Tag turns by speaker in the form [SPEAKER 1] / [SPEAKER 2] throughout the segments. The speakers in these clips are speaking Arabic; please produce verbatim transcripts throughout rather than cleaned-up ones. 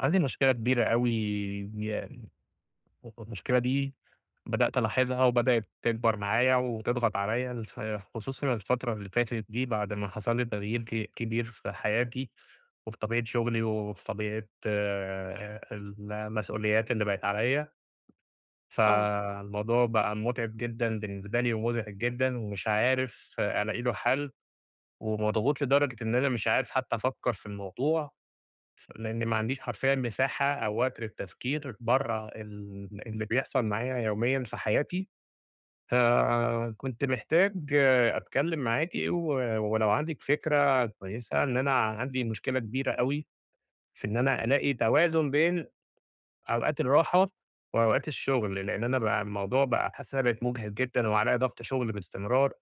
[SPEAKER 1] عندي مشكلة كبيرة أوي يعني المشكلة دي بدأت ألاحظها وبدأت تكبر معايا وتضغط عليا الف- خصوصًا الفترة اللي فاتت دي بعد ما حصل لي تغيير ك- كبير في حياتي وفي طبيعة شغلي وفي طبيعة آه، المسؤوليات اللي بقت عليا.
[SPEAKER 2] آه،
[SPEAKER 1] فالموضوع بقى متعب جدًا بالنسبة لي ومزعج جدًا ومش عارف آه، ألاقي له حل، ومضغوط لدرجة إن أنا مش عارف حتى أفكر في الموضوع لإن ما عنديش حرفيًا مساحة أو وقت للتفكير برّه ال اللي بيحصل معايا يوميًا في حياتي، فكنت محتاج آه، أتكلم معاكِ و ولو عندِك فكرة كويسة إن أنا عندي مشكلة كبيرة أوي في إن أنا ألاقي توازن بين أوقات الراحة وأوقات الشغل، لإن أنا بقى الموضوع بقى حاسس إن أنا بقيت مجهد جدًا وعليّا ضغط شغل باستمرار،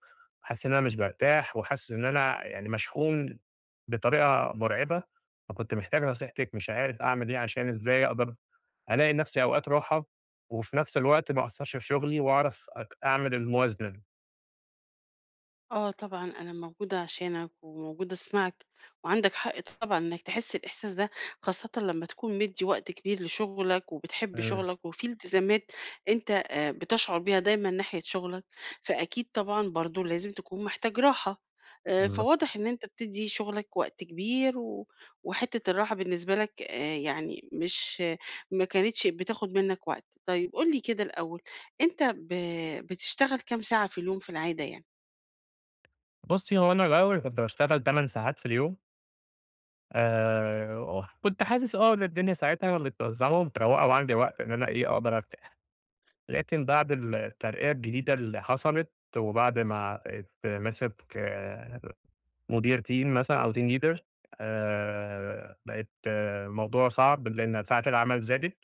[SPEAKER 1] حاسس إن أنا مش بارتاح وحاسس إن أنا يعني مشحون بطريقة مرعبة. فكنت محتاج نصيحتِك، مش عارف أعمل إيه عشان إزاي أقدر ألاقي لنفسي أوقات راحة وفي نفس الوقت ما أأثّرش في شغلي وأعرف أك أعمل الموازنة دي.
[SPEAKER 2] آه طبعًا أنا موجودة عشانك، وموجودة أسمعك، وعندك حق طبعًا إنك تحس الإحساس ده، خاصةً لمّا تكون مدّي وقت كبير لشغلك، وبتحب
[SPEAKER 1] إمم،
[SPEAKER 2] شغلك، وفي التزامات أنت آآ بتشعر بيها دايمًا ناحية شغلك، فأكيد طبعًا برضه لازم تكون محتاج راحة، آآ
[SPEAKER 1] بالضبط.
[SPEAKER 2] فواضح إن أنت بتدّي شغلك وقت كبير، و وحتة الراحة بالنسبة لك آآ يعني مش آه، ما كانتش بتاخد منك وقت. طيب قُل لي كده الأول، أنت ب بتشتغل كام ساعة في اليوم في العادة يعني؟
[SPEAKER 1] بُصّي، هو أنا الأول كنت باشتغل 8 ساعات في اليوم، آآ، وكنت حاسس آه إن الدنيا ساعتها اللي بتوزّعهم، تروّقوا وعندي وقت إن أنا إيه، أقدر أرتاح. لكن بعد الترقية الجديدة اللي حصلت وبعد ما بقيت ماسك آآ مدير team مثلًا أو team leader، آآ بقت الموضوع صعب لإن ساعات العمل زادت،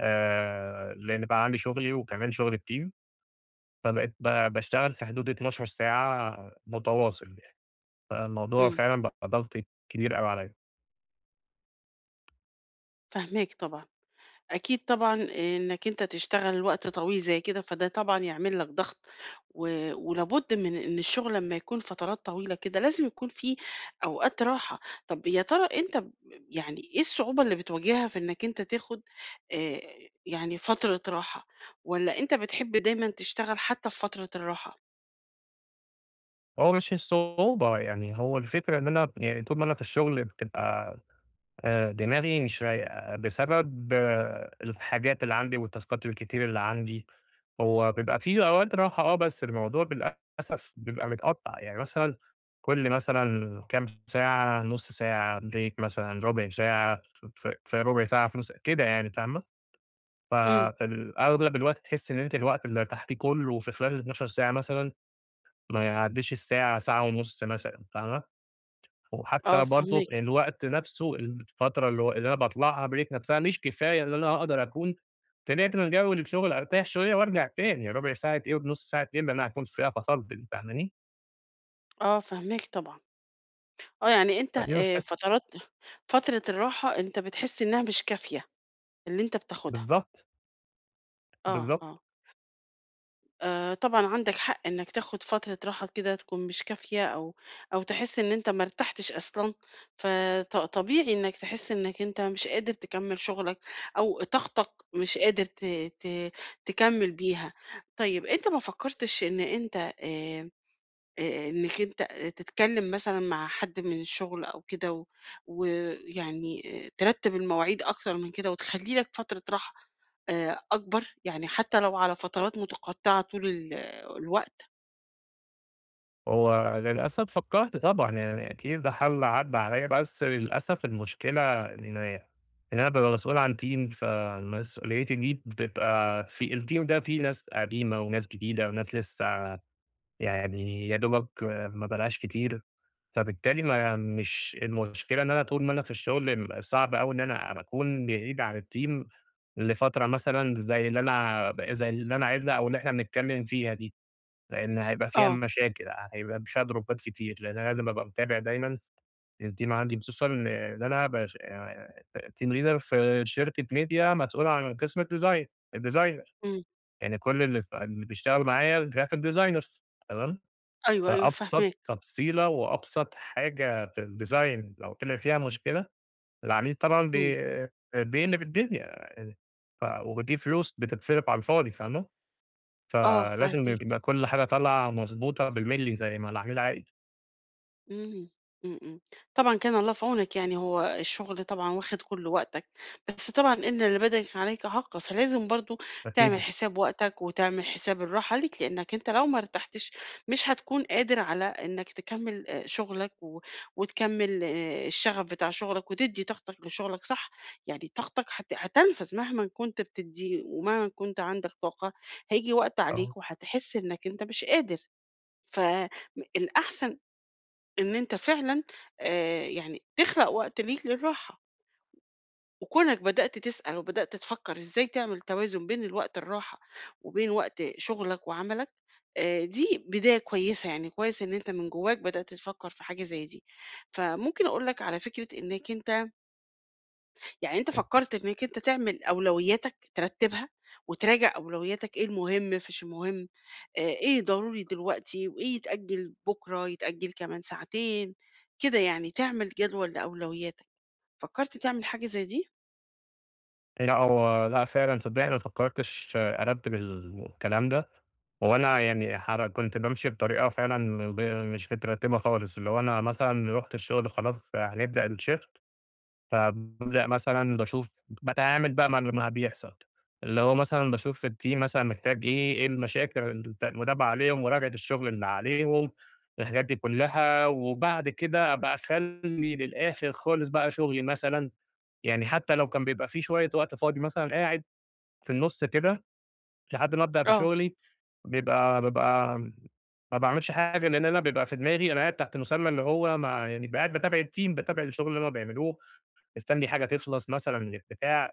[SPEAKER 1] آآ لإن بقى عندي شغلي وكمان شغل الteam، فبقيت ب باشتغل في حدود 12 ساعة متواصل يعني، فالموضوع
[SPEAKER 2] إمم.
[SPEAKER 1] فعلًا بقى ضغط كبير أوي عليّا.
[SPEAKER 2] فاهماك طبعًا. أكيد طبعًا إنك أنت تشتغل وقت طويل زي كده، فده طبعًا يعمل لك ضغط، و ولابد من إن الشغل لمّا يكون فترات طويلة كده لازم يكون في أوقات راحة. طب يا ترى أنت ب يعني إيه الصعوبة اللي بتواجهها في إنك أنت تاخد آآ، يعني فترة راحة، والّا أنت بتحب دايمًا تشتغل حتى في فترة الراحة؟
[SPEAKER 1] هو مش الصعوبة يعني، هو الفكرة إن أنا يعني طول ما أنا في الشغل بتبقى آآ دماغي مش رايقة بسبب آه، الحاجات اللي عندي والتاسكات الكتير اللي عندي، هو بيبقى في أوقات راحة آه، بس الموضوع للأسف بيبقى متقطّع، يعني مثلًا كل مثلًا كام ساعة، نُص ساعة break مثلًا، ربع ساعة، ف في ربع ساعة في نُص كده يعني فاهمة؟
[SPEAKER 2] إمم.
[SPEAKER 1] فال أغلب الوقت تحس إن أنتِ الوقت اللي ارتحتيه كلّه في خلال الاتناشر ساعة مثلًا ما يعدّيش الساعة، ساعة ونُص مثلًا، فاهمة؟
[SPEAKER 2] آه،
[SPEAKER 1] وحتى برضه
[SPEAKER 2] فاهماك.
[SPEAKER 1] الوقت نفسه الفترة اللي هو اللي أنا باطلعها break نفسها مش كفاية إن أنا أقدر أكون طلعت من جو الشغل أرتاح شوية وأرجع تاني، ربع ساعة إيه ونص ساعة إيه اللي أنا هاكون فيها فصلت دي، فاهماني؟
[SPEAKER 2] آه، فاهماك طبعًا. آه، يعني أنت
[SPEAKER 1] فدي
[SPEAKER 2] آآ،
[SPEAKER 1] مشكلة.
[SPEAKER 2] فترات فترة الراحة أنت بتحس إنها مش كافية. اللي أنت بتاخدها،
[SPEAKER 1] بالضبط،
[SPEAKER 2] آه،
[SPEAKER 1] بالضبط.
[SPEAKER 2] آه، آآ، طبعًا عندك حق إنك تاخد فترة راحة كده تكون مش كافية أو أو تحس إن أنت ما ارتحتش أصلًا، فط طبيعي إنك تحس إنك أنت مش قادر تكمّل شغلك أو طاقتك مش قادر ت ت تكمّل بيها. طيب أنت ما فكّرتش إن أنت آآ آآ إنِّك أنت تتكلّم مثلًا مع حد من الشغل أو كده و ويعني آآ ترتّب المواعيد أكتر من كده وتخلّي لك فترة راحة آآ أكبر، يعني حتى لو على فترات متقطّعة طول ال الوقت.
[SPEAKER 1] هو للأسف فكّرت طبعًا يعني أكيد ده حَل عدّى عليّا، بس للأسف المشكلة إن أنا يعني إن أنا بابقى مسؤول عن team، فمسؤوليتي دي بتبقى في الteam ده فيه ناس قديمة وناس جديدة وناس لسه يعني يا دوبك آه، ما بلاقاش كتير، فبالتالي ما مش المشكلة إن أنا طول ما أنا في الشغل صعب أوي إن أنا أكون بعيد عن الteam لفترة مثلًا زي اللي أنا زي اللي أنا عايزها أو اللي إحنا بنتكلم فيها دي، لإن هيبقى فيها
[SPEAKER 2] آه.
[SPEAKER 1] مشاكل، هيبقى فيها دروبات كتير، لإن أنا لازم أبقى متابع دايمًا الteam عندي، خصوصًا إن إن أنا باش team leader في شركة ميديا مسؤول عن قسم الdesign، الdesigner
[SPEAKER 2] إمم.
[SPEAKER 1] يعني كل اللي ف اللي بيشتغلوا معايا graphic designers. تمام.
[SPEAKER 2] أيوه، أيوه،
[SPEAKER 1] فأبسط
[SPEAKER 2] فاهماك.
[SPEAKER 1] تفصيلة وأبسط حاجة في الdesign لو طلع فيها مشكلة، العميل طبعًا
[SPEAKER 2] إمم.
[SPEAKER 1] بي بيقلب الدنيا، يعني. ف ودي فلوس بتتصرف على الفاضي فاهمة؟
[SPEAKER 2] آه،
[SPEAKER 1] فلازم
[SPEAKER 2] فاهماك.
[SPEAKER 1] يبقى كل حاجة طالعة مضبوطة بالملي زي ما العميل عايز.
[SPEAKER 2] إمم، إمم، إمم. طبعًا كان الله في عونك، يعني هو الشغل طبعًا واخد كل وقتك، بس طبعًا إن لبدنك عليك حق، فلازم برضه تعمل
[SPEAKER 1] أكيد
[SPEAKER 2] حساب وقتك وتعمل حساب الراحة ليك، لإنك أنت لو ما ارتحتش مش هتكون قادر على إنك تكمّل آآ شغلك و وتكمّل آآ الشغف بتاع شغلك وتدّي طاقتك لشغلك صح، يعني طاقتك هت هتنفذ مهمًا كنت بتدّيه ومهما كنت عندك طاقة، هييجي وقت
[SPEAKER 1] آه.
[SPEAKER 2] عليك وهتحس إنك أنت مش قادر، فم الأحسن إن أنت فعلًا آآ يعني تخلق وقت ليك للراحة، وكونك بدأت تسأل وبدأت تفكّر إزاي تعمل توازن بين الوقت الراحة وبين وقت شغلك وعملك، آآ دي بداية كويسة، يعني كويس إن أنت من جواك بدأت تفكّر في حاجة زي دي. فممكن أقول لك على فكرة إنك أنت يعني أنت فكّرت إنّك أنت تعمل أولوياتك، ترتّبها وتراجع أولوياتك إيه المهم، فيش المهم، آآ إيه ضروري دلوقتي وإيه يتأجّل بُكرة، يتأجّل كمان ساعتين، كده يعني، تعمل جدول لأولوياتك. فكّرت تعمل حاجة زي دي؟
[SPEAKER 1] لأ هو لأ فعلًا صدقيني ما فكرتش أرتب الكلام ده، هو أنا يعني حر كنت بامشي بطريقة فعلًا ب مش مترتبة خالص، اللي هو أنا مثلًا رُحت الشغل خلاص هنبدأ الشيفت، فبابدأ مثلًا باشوف باتعامل بقى مع اللي ما بيحصل، اللي هو مثلًا باشوف الteam مثلًا محتاج إيه، إيه المشاكل ال المتابعة عليهم، مراجعة الشغل اللي عليهم، الحاجات دي كلّها، وبعد كده أبقى أخلّي للآخر خالص بقى شغلي مثلًا، يعني حتى لو كان بيبقى في شوية وقت فاضي مثلًا قاعد في النُص كده لحد ما أبدأ في
[SPEAKER 2] آه.
[SPEAKER 1] شغلي، بيبقى بابقى ما باعملش حاجة، لإن أنا بيبقى في دماغي أنا قاعد تحت مسمى اللي هو ما يعني ب قاعد باتابع الteam، باتابع الشغل اللي هُم بيعملوه. مستني حاجة تخلص مثلًا بتاع.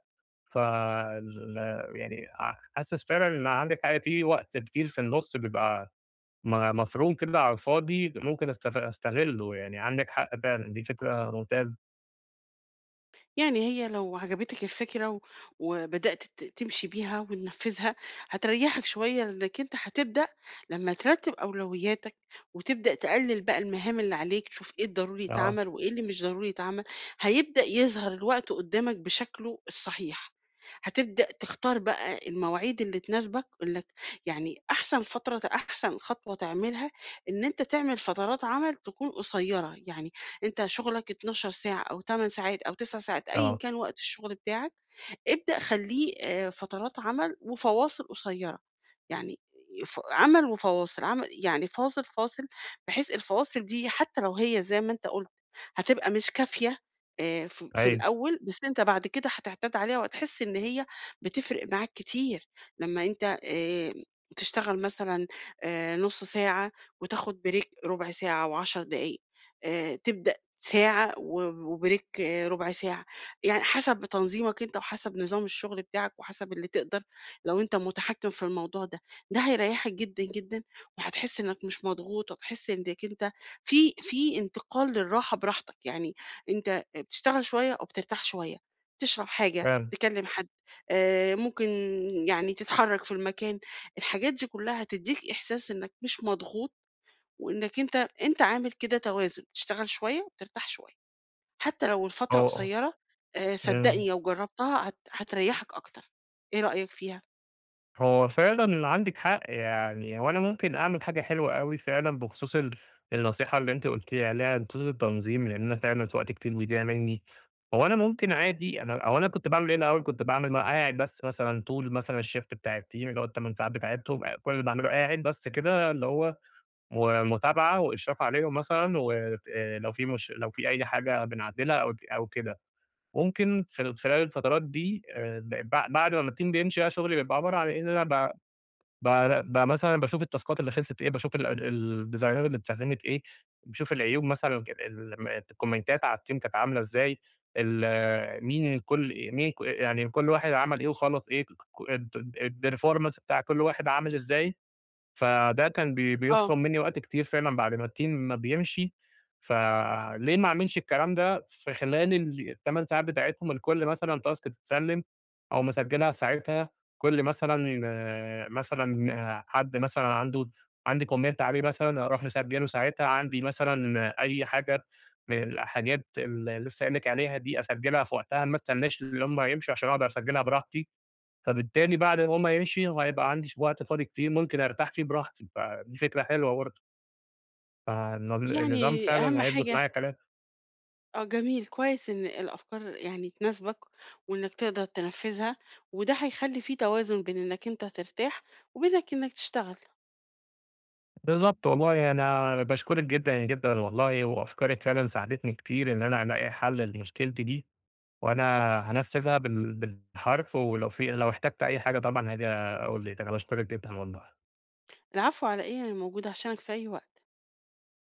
[SPEAKER 1] فال يعني ع حاسس فعلًا إن عندِك حق في وقت كتير في النُص بيبقى م مفروم كده على الفاضي ممكن أستغ أستغلّه، يعني عندِك حق فعلًا، دي فكرة ممتازة.
[SPEAKER 2] يعني هي لو عجبتِك الفكرة و وبدأت ت تمشي بيها وتنفّذها، هتريّحك شوية لإنك أنت هتبدأ لمّا ترتّب أولوياتك وتبدأ تقلِّل بقى المهام اللي عليك، تشوف إيه الضروري
[SPEAKER 1] آه،
[SPEAKER 2] يتعمل وإيه اللي مش ضروري يتعمل، هيبدأ يظهر الوقت قدّامك بشكله الصحيح. هتبدأ تختار بقى المواعيد اللي تناسبك إنك يعني أحسن فترة أحسن خطوة تعملها إن أنت تعمل فترات عمل تكون قصيّرة، يعني أنت شغلك 12 ساعة أو 8 ساعات أو 9 ساعات أيًا
[SPEAKER 1] آه،
[SPEAKER 2] كان وقت الشغل بتاعك، ابدأ خلّيه آآ فترات عمل وفواصل قصيّرة، يعني ف عمل وفواصل، عمل يعني فاصل، فاصل، بحيث الفواصل دي حتى لو هي زي ما أنت قُلت هتبقى مش كافية آآ ف في
[SPEAKER 1] أيوه
[SPEAKER 2] الأول، بس أنت بعد كده هتعتاد عليها وهتحس إن هي بتفرق معاك كتير، لمّا أنت آآ تشتغل مثلًا آآ نُص ساعة وتاخد بريك ربع ساعة و10 دقايق، آآ تبدأ ساعة و وبريك آه، ربع ساعة. يعني حسب تنظيمك أنت وحسب نظام الشغل بتاعك وحسب اللي تقدر، لو أنت متحكم في الموضوع ده، ده هيريحك جدًا، جدًا، وهتحس إنك مش مضغوط وهتحس إنك أنت في في انتقال للراحة براحتك، يعني أنت بتشتغل شوية أو بترتاح شوية، تشرب حاجة،
[SPEAKER 1] فعلًا.
[SPEAKER 2] تكلم حد، آآ ممكن يعني تتحرك في المكان، الحاجات دي كلها هتدّيك إحساس إنك مش مضغوط وإنك أنت أنت عامل كده توازن، بتشتغل شوية وبترتاح شوية. حتى لو الفترة
[SPEAKER 1] هو
[SPEAKER 2] قصيرة آآ
[SPEAKER 1] إمم.
[SPEAKER 2] صدّقني لو جرّبتها هت هتريّحك أكتر. إيه رأيك فيها؟
[SPEAKER 1] هو فعلًا عندِك حق، يعني هو أنا ممكن أعمل حاجة حلوة أوي فعلًا بخصوص ال النصيحة اللي أنتِ قلتِ عليها بخصوص التنظيم، لإن أنا فعلًا وقت كتير بيضيع مني، هو أنا ممكن عادي أنا هو أنا كنت باعمل إيه الأول، كنت باعمل أنا قاعد بس مثلًا طول مثلًا الshift بتاع الteam اللي هو التمن ساعات بتاعتهم، آه، كل اللي باعمله قاعد بس كده اللي هو ومتابعة وإشراف عليهم مثلًا، ولو في مش لو في أي حاجة بنعدلها أو أو كده، ممكن في خلال الفترات دي آآ، ب بعد ما الteam بيمشي بقى شغلي بيبقى عبارة عن إن أنا ب بقى بقى مثلًا باشوف التاسكات اللي خلصت إيه، باشوف ال ال الديزاينات اللي اتستخدمت إيه، باشوف العيوب مثلًا ك ال الكومنتات على الteam كانت عاملة إزاي، ال مين كل مين ك يعني كل واحد عمل إيه وخلص إيه، ك الperformance بتاع كل واحد عامل إزاي. فده كان بي
[SPEAKER 2] آه،
[SPEAKER 1] بيفرُم منّي وقت كتير فعلًا بعد ما الteam ما بيمشي، فليه ما أعملش الكلام ده في خلال ال التمن ساعات بتاعتهم، الكل مثلًا task تتسلِّم أقوم مسجّلها في ساعتها، كل مثلًا آه، مثلًا آه، حد مثلًا عنده عندي comment عليه مثلًا أروح مسجّله ساعتها، عندي مثلًا آه، أي حاجة من الحاجات اللي لسه قايل لِك عليها دي أسجّلها في وقتها، ما استناش اللي هم يمشوا عشان أقدر أسجّلها براحتي. فبالتالي بعد ما هو ما يمشي وهيبقى عندي ش وقت فاضي كتير ممكن أرتاح فيه براحتي، فدي فكرة حلوة برضه، فالن النظام
[SPEAKER 2] يعني أهم
[SPEAKER 1] فعلًا هيضبط
[SPEAKER 2] حاجة.
[SPEAKER 1] معايا كلام.
[SPEAKER 2] آه، جميل، كويس إن الأفكار يعني تناسبك وإنك تقدر تنفّذها، وده هيخلّي في توازن بين إنك أنت ترتاح وبين إنك تشتغل.
[SPEAKER 1] بالضبط والله أنا باشكرِك جدًا، جدًا والله وأفكارِك فعلًا ساعدتني كتير إن أنا ألاقي حل لمشكلتي دي، وأنا هانفذها بال بالحرف ولو في لو احتجت أي حاجة طبعًا هاجي أقول لِك، أنا باشكرِك جدًا والله.
[SPEAKER 2] العفو على إيه، أنا موجودة عشانك في أي وقت.